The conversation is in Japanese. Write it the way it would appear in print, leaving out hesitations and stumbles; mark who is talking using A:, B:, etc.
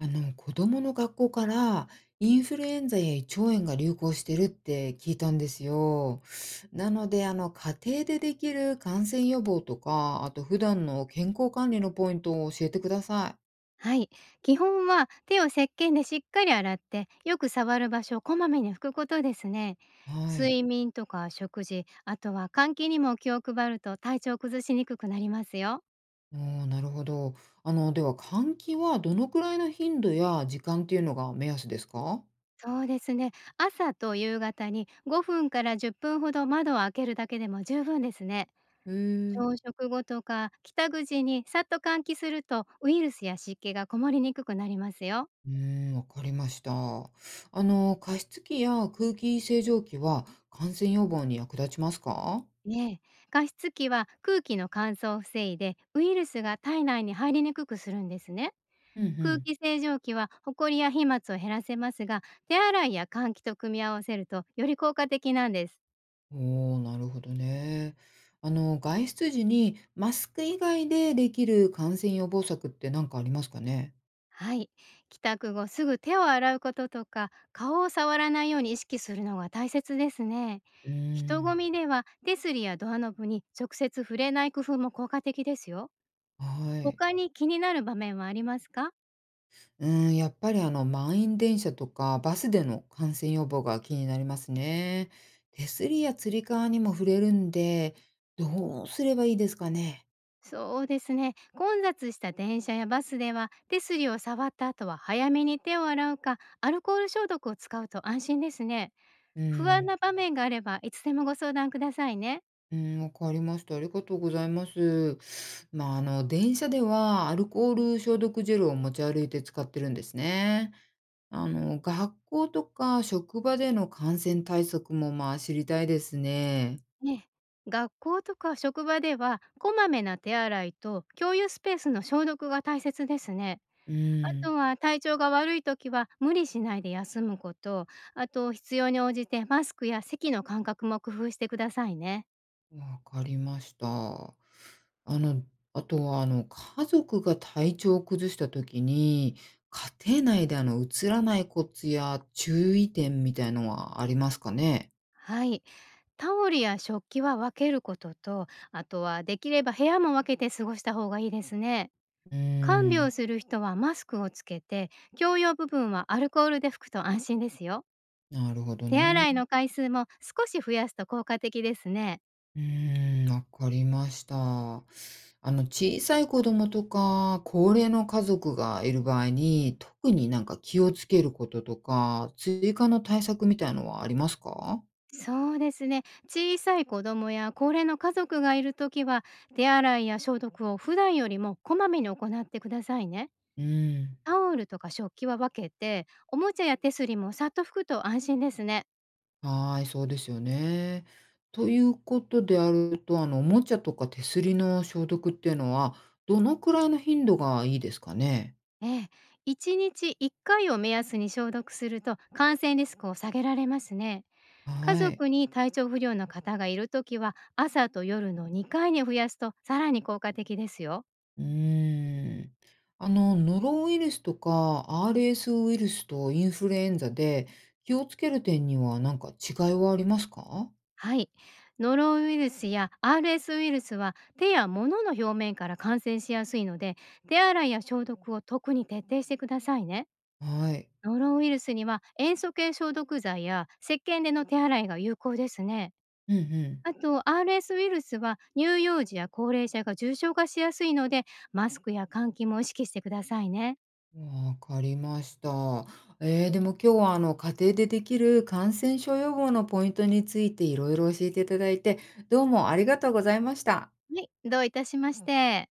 A: 子供の学校からインフルエンザや胃腸炎が流行してるって聞いたんですよ。なので、家庭でできる感染予防とか、あと普段の健康管理のポイントを教えてくださ
B: はい。基本は手を石鹸でしっかり洗って、よく触る場所をこまめに拭くことですね。
A: い。はい。
B: 睡眠とか食事、あとは換気にも気を配ると体調を崩しにくくなりますよ。
A: おー、なるほど。では、換気はどのくらいの頻度や時間っていうのが目安ですか？
B: そうですね。朝と夕方に5分から10分ほど窓を開けるだけでも十分ですね。
A: へえ。
B: 朝食後とか帰宅時にさっと換気するとウイルスや湿気がこもりにくくなりますよ。
A: うーん、わかりました。加湿器や空気清浄機は感染予防に役立ちますか？
B: ねえ、加湿器は空気の乾燥を防いでウイルスが体内に入りにくくするんですね。
A: うんう
B: 空
A: ん。
B: 気清浄機はホコリや飛沫を減らせますが、手洗いや換気と組み合わせるとより効果的なんです。
A: おお、なるほどね。外出時にマスク以外でできる感染予防策って何かありますかね？
B: はい。帰宅後すぐ手を洗うこととか顔を触らないように意識するのが大切ですね。
A: うー
B: 人混
A: ん。
B: みでは手すりやドアノブに直接触れない工夫も効果的ですよ。
A: はい。
B: 他に気になる場面はありますか？
A: うーん、やっぱり満員電車とかバスでの感染予防が気になりますね。手すりやつり革にも触れるんで、どうすればいいですかね？
B: そうですね。混雑した電車やバスでは、手すりを触った後は早めに手を洗うか、アルコール消毒を使うと安心ですね。
A: う
B: 不安
A: ん。
B: な場面があれば、いつでもご相談くださいね。
A: うん、わかりました。ありがとうございます。まあ、電車ではアルコール消毒ジェルを持ち歩いて使ってるんですね。学校とか職場での感染対策も、まあ、知りたいですね。
B: ねえ、学校とか職場では、こまめな手洗いと共有スペースの消毒が大切ですね。
A: う
B: あと
A: ん、
B: は体調が悪い時は無理しないで休むこと、あと必要に応じてマスクや席の間隔も工夫してくださいね。
A: わかりました。あの、あとは、家族が体調を崩した時に、家庭内で、うつらないコツや注意点みたいのはありますかね？
B: はい。タオルや食器は分けることと、あとはできれば部屋も分けて過ごした方がいいですね。
A: う
B: 看病
A: ん、
B: する人はマスクをつけて、共用部分はアルコールで拭くと安心ですよ。
A: なるほど
B: 手
A: ね。
B: 洗いの回数も少し増やすと効果的ですね。
A: うーん、わかりました。小さい子供とか、高齢の家族がいる場合に、特になんか気をつけることとか、追加の対策みたいのはありますか？
B: そうですね。小さい子供や高齢の家族がいるときは、手洗いや消毒を普段よりもこまめに行ってくださいね。
A: うん、
B: タオルとか食器は分けて、おもちゃや手すりもさっと拭くと安心ですね。
A: はーい、そうですよね。ということであると、おもちゃとか手すりの消毒っていうのは、どのくらいの頻度がいいですかね？
B: ええ、1日1回を目安に消毒すると感染リスクを下げられますね。家
A: はい。
B: 族に体調不良の方がいるときは朝と夜の2回に増やすとさらに効果的ですよ。
A: うーん。ノロウイルスとか RS ウイルスとインフルエンザで気をつける点には何か違いはありますか？
B: はい。ノロウイルスや RS ウイルスは手や物の表面から感染しやすいので、手洗いや消毒を特に徹底してくださいね。
A: はい。
B: ノロウイルスには塩素系消毒剤や石鹸での手洗いが有効ですね。
A: うんうん。
B: あと RS ウイルスは乳幼児や高齢者が重症化しやすいので、マスクや換気も意識してくださいね。
A: わかりました。ええ、でも今日は家庭でできる感染症予防のポイントについていろいろ教えていただいて、どうもありがとうございました。
B: はい、どういたしまして。